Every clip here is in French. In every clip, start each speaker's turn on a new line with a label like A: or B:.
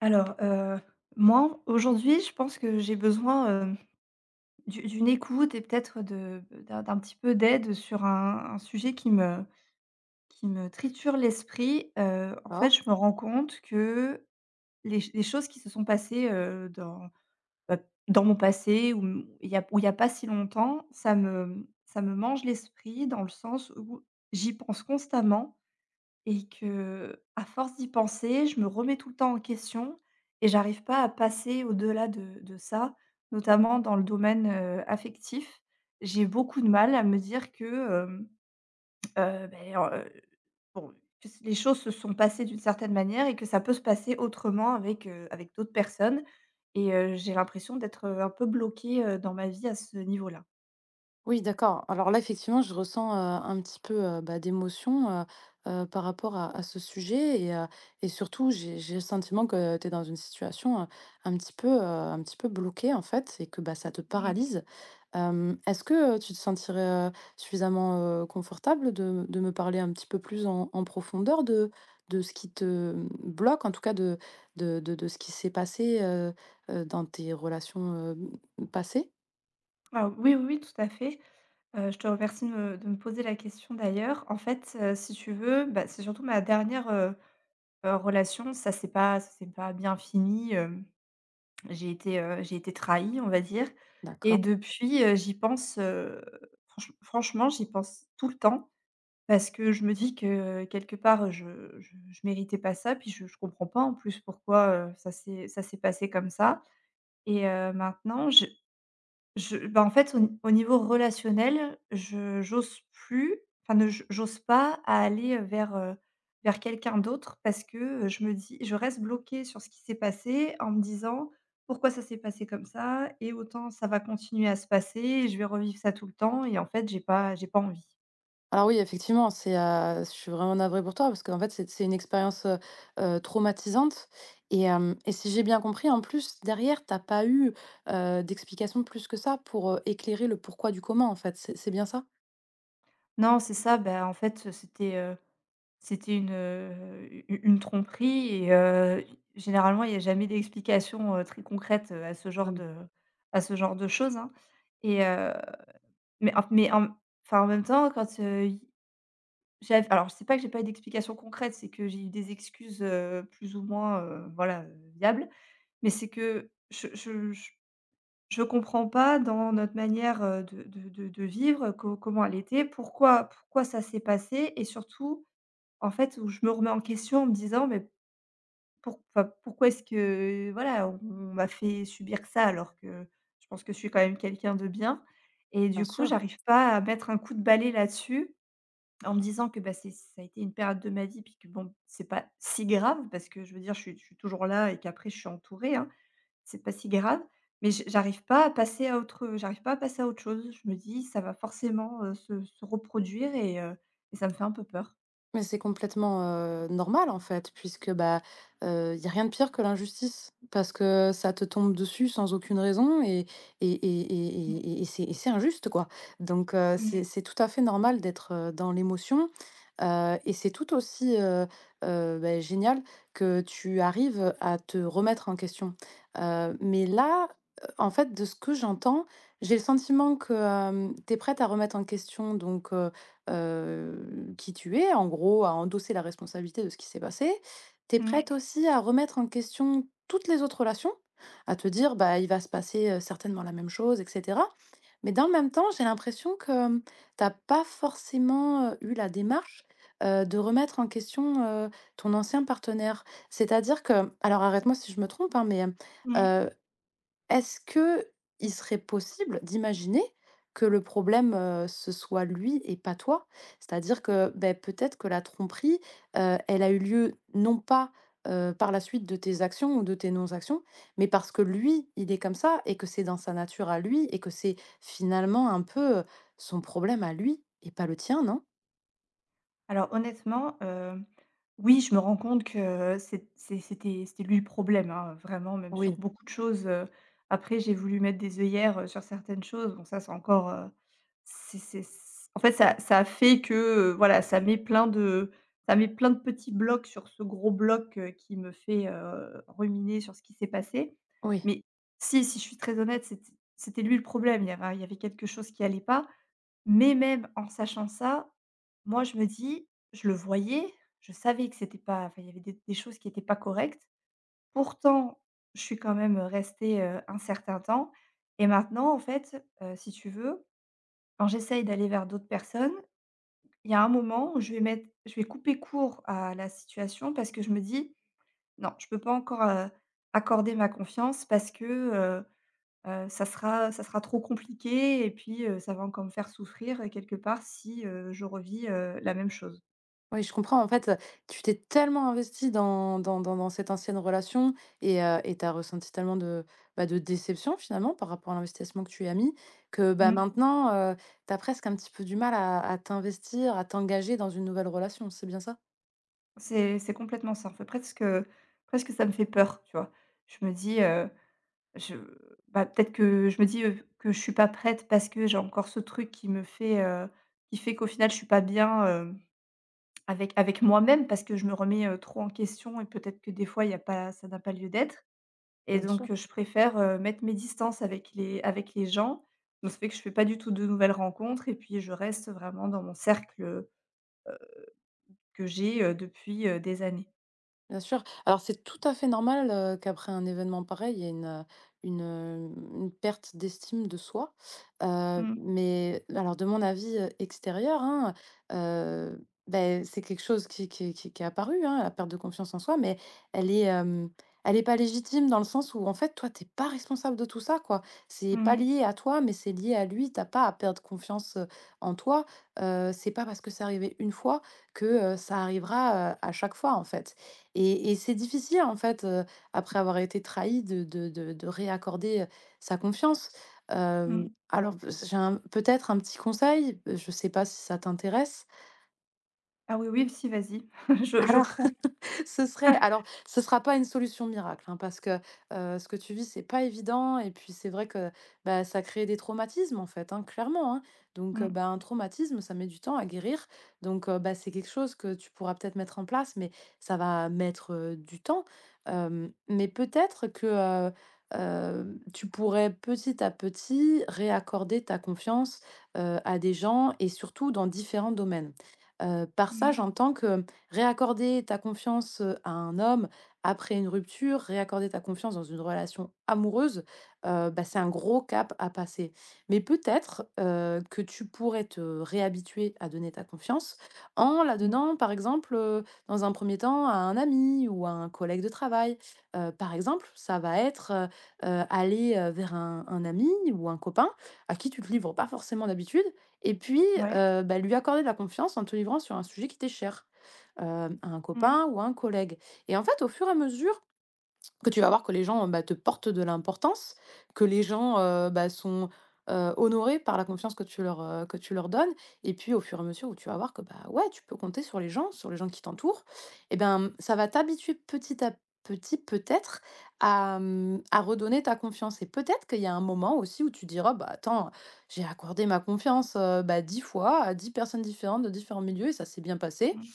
A: Alors, heu, moi, aujourd'hui, je pense que j'ai besoin, d'une écoute et peut-être de d'un petit peu d'aide sur un sujet qui me triture l'esprit. En fait,
B: D'accord.
A: je me rends compte que les choses qui se sont passées, dans, bah, dans mon passé ou m il y a pas si longtemps, ça me mange l'esprit dans le sens où j'y pense constamment et que à force d'y penser, je me remets tout le temps en question et j'arrive pas à passer au-delà de ça, notamment dans le domaine, affectif. J'ai beaucoup de mal à me dire que, heu, beh, heu, bon, que s les choses se sont passées d'une certaine manière et que ça peut se passer autrement avec d'autres personnes et j'ai l'impression d'être, un peu bloquée, dans ma vie à ce niveau-là.
B: Oui, d'accord. Alors là, effectivement, je ressens un petit peu bah, d'émotion par rapport à ce sujet. Et surtout, j'ai le sentiment que tu es dans une situation un petit peu bloquée, en fait, et que bah, ça te
A: Mmh.
B: paralyse. Est-ce que tu te sentirais euh, suffisamment confortable de me parler un petit peu plus en profondeur de ce qui te bloque, en tout cas de ce qui s'est passé dans tes relations passées?
A: Ah oui, oui, oui, tout à fait. Je te remercie de me poser la question d'ailleurs. En fait, si tu veux, bah, c'est surtout ma dernière, relation, ça s'est pas bien fini, j'ai été trahie, on va dire. Et
B: D'accord.
A: depuis, j'y pense, franchement, j'y pense tout le temps parce que je me dis que, quelque part, je méritais pas ça, puis je comprends pas en plus pourquoi, ça s'est passé comme ça. Et maintenant je bah, en fait, au niveau relationnel, je j'ose plus, enfin, ne j j'ose pas à aller, vers quelqu'un d'autre parce que, je me dis je reste bloquée sur ce qui s'est passé en me disant: «Pourquoi ça s'est passé comme ça? Et autant ça va continuer à se passer et je vais revivre ça tout le temps.» Et en fait, j'ai pas envie.
B: Alors oui, effectivement, je suis vraiment navrée pour toi parce qu'en fait, c'est une expérience, traumatisante et hem et si j'ai bien compris, en plus, derrière, t'as pas eu, d'explication plus que ça pour, éclairer le pourquoi du comment, en fait. C'est bien ça?
A: Non, c'est ça, bah, en fait, c'était une, u une tromperie et généralement, il n'y a jamais d'explication, très concrète, à ce genre
B: Mmh,
A: de choses, hein. Et mais en enfin, en même temps, quand, il j'av alors c'est pas que j'ai pas eu d'explication concrète, c'est que j'ai eu des excuses, plus ou moins, voilà, viables. Mais c'est que je comprends pas dans notre manière, de vivre, co comment elle était, pourquoi ça s'est passé et surtout, en fait, où je me remets en question en me disant: «Mais» Pour enfin, pourquoi est-ce que, voilà, on m'a fait subir ça alors que je pense que je suis quand même quelqu'un de bien et
B: bien
A: du coup,
B: sûr.
A: j'arrive pas à mettre un coup de balai là-dessus en me disant que, bah, c'est ça a été une période de ma vie puis que bon, c'est pas si grave parce que je veux dire je suis toujours là et qu'après je suis entourée, hein, c'est pas si grave mais j'arrive pas à passer à autre j'arrive pas à passer à autre chose. Je me dis: «Ça va forcément, se reproduire.» Et et ça me fait un peu peur.
B: Mais c'est complètement, normal, en fait, puisque, bah, il y a rien de pire que l'injustice, parce que ça te tombe dessus sans aucune raison et et et
A: Mmh
B: et et et c'est et c'est injuste, quoi. Donc,
A: mh.
B: c'est tout à fait normal d'être, dans l'émotion, et c'est tout aussi, beh, génial que tu arrives à te remettre en question. Mais là, en fait, de ce que j'entends, j'ai le sentiment que, tu es prête à remettre en question donc, qui tu es, en gros, à endosser la responsabilité de ce qui s'est passé. Tu es prête
A: Mmh.
B: aussi à remettre en question toutes les autres relations, à te dire: «Bah, il va se passer, certainement la même chose» et cetera. Mais dans le même temps, j'ai l'impression que, tu as pas forcément, eu la démarche, de remettre en question, heu, ton ancien partenaire. C'est-à-dire que alors arrête-moi si je me trompe, hein, mais,
A: Mmh.
B: est-ce que il serait possible d'imaginer que le problème, ce soit lui et pas toi? C'est-à-dire que, beh, peut-être que la tromperie, elle a eu lieu non pas, par la suite de tes actions ou de tes non-actions, mais parce que lui, il est comme ça et que c'est dans sa nature à lui et que c'est finalement un peu, son problème à lui et pas le tien, non?
A: Alors honnêtement, oui, je me rends compte que c'était lui le problème, hein, vraiment, même sur
B: Oui.
A: beaucoup de choses. Après, j'ai voulu mettre des œillères, sur certaines choses. Bon ça, c'est encore, c'est c en fait, ça a fait que, voilà, ça met plein de petits blocs sur ce gros bloc, qui me fait, ruminer sur ce qui s'est passé.
B: Oui.
A: Mais si, si je suis très honnête, c'était lui le problème. Il y avait quelque chose qui allait pas mais même en sachant ça, moi je me dis: «Je le voyais, je savais que c'était pas enfin il y avait des choses qui étaient pas correctes.» Pourtant, je suis quand même, restée, un certain temps et maintenant en fait, si tu veux, quand j'essaye d'aller vers d'autres personnes, il y a un moment où je vais couper court à la situation parce que je me dis: «Non, je peux pas encore, accorder ma confiance parce que, ça sera trop compliqué et puis, ça va encore me faire souffrir, quelque part si, je revis, la même chose.»
B: Oui, je comprends. En fait, tu t'es tellement investi dans cette ancienne relation et tu as ressenti tellement de déception finalement par rapport à l'investissement que tu y as mis que, bah,
A: Mmh.
B: maintenant, tu as presque un petit peu du mal à t'investir, à t'engager dans une nouvelle relation, c'est bien ça?
A: C'est complètement ça. En fait, presque ça me fait peur, tu vois? Je me dis, je bah, peut-être que je me dis, que je suis pas prête parce que j'ai encore ce truc qui me fait, qui fait qu'au final je suis pas bien, avec moi-même parce que je me remets, trop en question et peut-être que des fois il y a pas ça n'a pas lieu d'être. Et
B: Bien sûr.
A: donc, je préfère, mettre mes distances avec les gens. Donc ça fait que je fais pas du tout de nouvelles rencontres et puis je reste vraiment dans mon cercle, que j'ai, depuis, des années.
B: Bien sûr. Alors c'est tout à fait normal, qu'après un événement pareil, il y ait une perte d'estime de soi.
A: Mmh.
B: Mais alors de mon avis, extérieur, hein, heu, beh, c'est quelque chose qui est apparu, hein, la perte de confiance en soi, mais elle est, hem, elle est pas légitime dans le sens où en fait, toi, t'es pas responsable de tout ça, quoi. C'est pas
A: Mmh.
B: lié à toi, mais c'est lié à lui. T'as pas à perdre confiance, en toi. C'est pas parce que c'est arrivé une fois que, ça arrivera, à chaque fois, en fait. Et c'est difficile, en fait, après avoir été trahi de réaccorder, sa confiance.
A: Mmh.
B: Alors, j'ai un peut-être un petit conseil, je ne sais pas si ça t'intéresse?
A: Ah oui, oui, si, vas-y. Je
B: Alors
A: prends.
B: Ce sera pas une solution miracle, hein, parce que, ce que tu vis, c'est pas évident et puis c'est vrai que, bah, ça crée des traumatismes, en fait, hein, clairement, hein. Donc,
A: Mmh.
B: bah, un traumatisme, ça met du temps à guérir. Donc, bah, c'est quelque chose que tu pourras peut-être mettre en place, mais ça va mettre, du temps. Mais peut-être que, tu pourrais petit à petit réaccorder ta confiance, à des gens et surtout dans différents domaines. Par
A: Mmh
B: ça,
A: mh.
B: j'entends que. Réaccorder ta confiance, à un homme après une rupture, réaccorder ta confiance dans une relation amoureuse, bah, c'est un gros cap à passer. Mais peut-être, que tu pourrais te réhabituer à donner ta confiance en la
A: Mmh.
B: donnant, par exemple, dans un premier temps à un ami ou à un collègue de travail. Par exemple, ça va être, aller, vers un ami ou un copain à qui tu te livres pas forcément d'habitude et puis,
A: Ouais.
B: bah, lui accorder de la confiance en te livrant sur un sujet qui t'est cher à un
A: Mmh.
B: copain ou à un collègue et en fait, au fur et à mesure que tu vas voir que les gens, bah, te portent de l'importance, que les gens, bah, sont, honorés par la confiance que tu leur donnes et puis au fur et à mesure où tu vas voir que, bah, ouais, tu peux compter sur les gens qui t'entourent et ben, ça va t'habituer petit à petit peut-être à redonner ta confiance et peut-être qu'il y a un moment aussi où tu diras: «Bah, attends, j'ai accordé ma confiance, bah, 10 fois à 10 personnes différentes de différents milieux et ça s'est bien passé».
A: Mmh.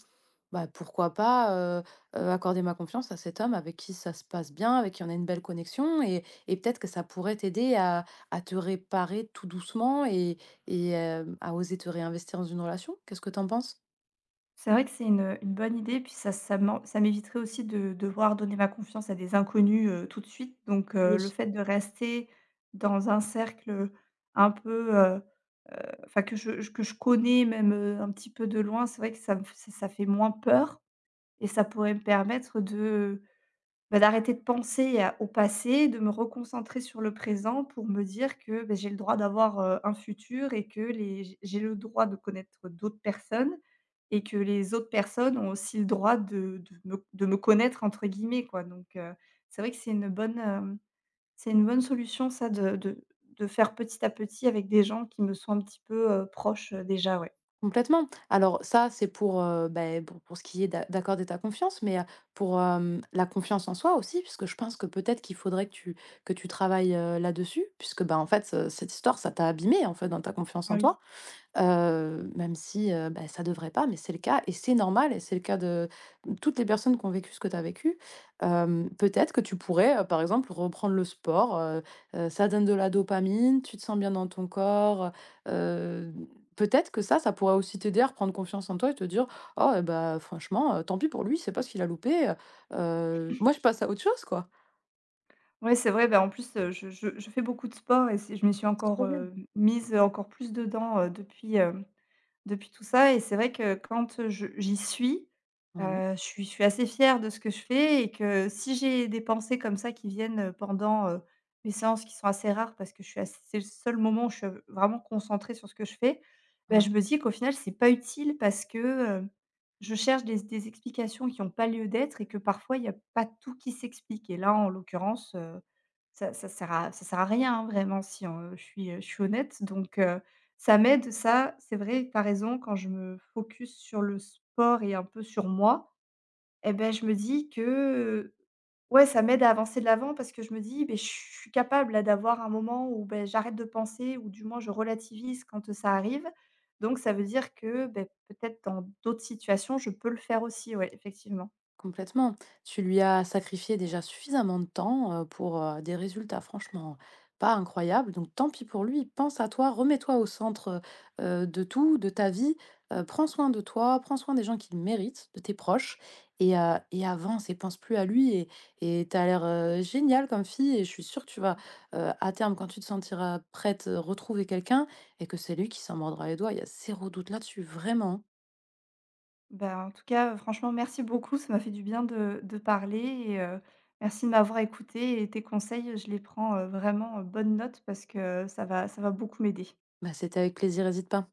B: Bah, pourquoi pas, heu accorder ma confiance à cet homme avec qui ça se passe bien, avec qui on a une belle connexion et peut-être que ça pourrait t'aider à te réparer tout doucement et à oser te réinvestir dans une relation. Qu'est-ce que t'en penses?
A: C'est vrai que c'est une bonne idée, puis ça m'éviterait aussi de devoir donner ma confiance à des inconnus, tout de suite. Donc le
B: Oui.
A: fait de rester dans un cercle, un peu, heu, enfin que je que je connais même, un petit peu de loin, c'est vrai que ça me f ça fait moins peur et ça pourrait me permettre de, bah, d'arrêter de penser à au passé, de me reconcentrer sur le présent pour me dire que, beh, j'ai le droit d'avoir, un futur et que les j'ai le droit de connaître d'autres personnes et que les autres personnes ont aussi le droit de me «connaître» entre guillemets quoi donc c'est vrai que c'est une bonne, c'est une bonne solution ça de faire petit à petit avec des gens qui me sont un petit peu, proches, déjà, ouais.
B: Complètement. Alors ça, c'est pour, beh, pour ce qui est d'accorder ta confiance, mais, pour, la confiance en soi aussi, puisque je pense que peut-être qu'il faudrait que tu travailles, là-dessus puisque, bah, en fait, ce cette histoire, ça t'a abîmé en fait, dans ta confiance
A: Ah
B: en
A: oui.
B: toi. Même si, bah, ça devrait pas, mais c'est le cas et c'est normal et c'est le cas de toutes les personnes qui ont vécu ce que tu as vécu. Peut-être que tu pourrais, par exemple, reprendre le sport, ça donne de la dopamine, tu te sens bien dans ton corps, heu peut-être que ça pourrait aussi t'aider à reprendre confiance en toi et te dire: «Oh et bah, franchement, tant pis pour lui, c'est pas ce qu'il a loupé, moi je passe à autre chose quoi».
A: Ouais, c'est vrai. Ben en plus, je fais beaucoup de sport et c'est je m'y suis encore,
B: Trop bien.
A: mise encore plus dedans, depuis tout ça et c'est vrai que quand, je j'y suis,
B: Ouais,
A: je suis assez fière de ce que je fais et que si j'ai des pensées comme ça qui viennent, pendant, mes séances qui sont assez rares parce que je suis assez c'est le seul moment où je suis, vraiment concentrée sur ce que je fais, bah,
B: ouais.
A: je me dis qu'au final c'est pas utile parce que, heu, je cherche des explications qui n'ont pas lieu d'être et que parfois il n'y a pas tout qui s'explique et là, en l'occurrence, ça ne ça sert à rien, hein, vraiment si on je suis honnête donc ça m'aide ça, c'est vrai, tu as raison, quand je me focus sur le sport et un peu sur moi et ben je me dis que, ouais, ça m'aide à avancer de l'avant parce que je me dis: ben je suis capable là d'avoir un moment où, ben j'arrête de penser ou du moins je relativise quand, ça arrive. Donc ça veut dire que, ben peut-être dans d'autres situations, je peux le faire aussi, ouais, effectivement.
B: Complètement. Tu lui as sacrifié déjà suffisamment de temps pour des résultats franchement pas incroyables. Donc tant pis pour lui. Pense à toi, remets-toi au centre de tout, de ta vie. Prends soin de toi, prends soin des gens qui le méritent, de tes proches, et avance et pense plus à lui. Et tu as l'air géniale comme fille, et je suis sûre que tu vas, à terme, quand tu te sentiras prête, retrouver quelqu'un, et que c'est lui qui s'en mordra les doigts. Il y a zéro doute là-dessus, vraiment.
A: Ben en tout cas, franchement, merci beaucoup. Ça m'a fait du bien de parler et merci de m'avoir écoutée et tes conseils, je les prends, vraiment, bonne note parce que ça va beaucoup m'aider.
B: Bah, c'était avec plaisir, n'hésite pas.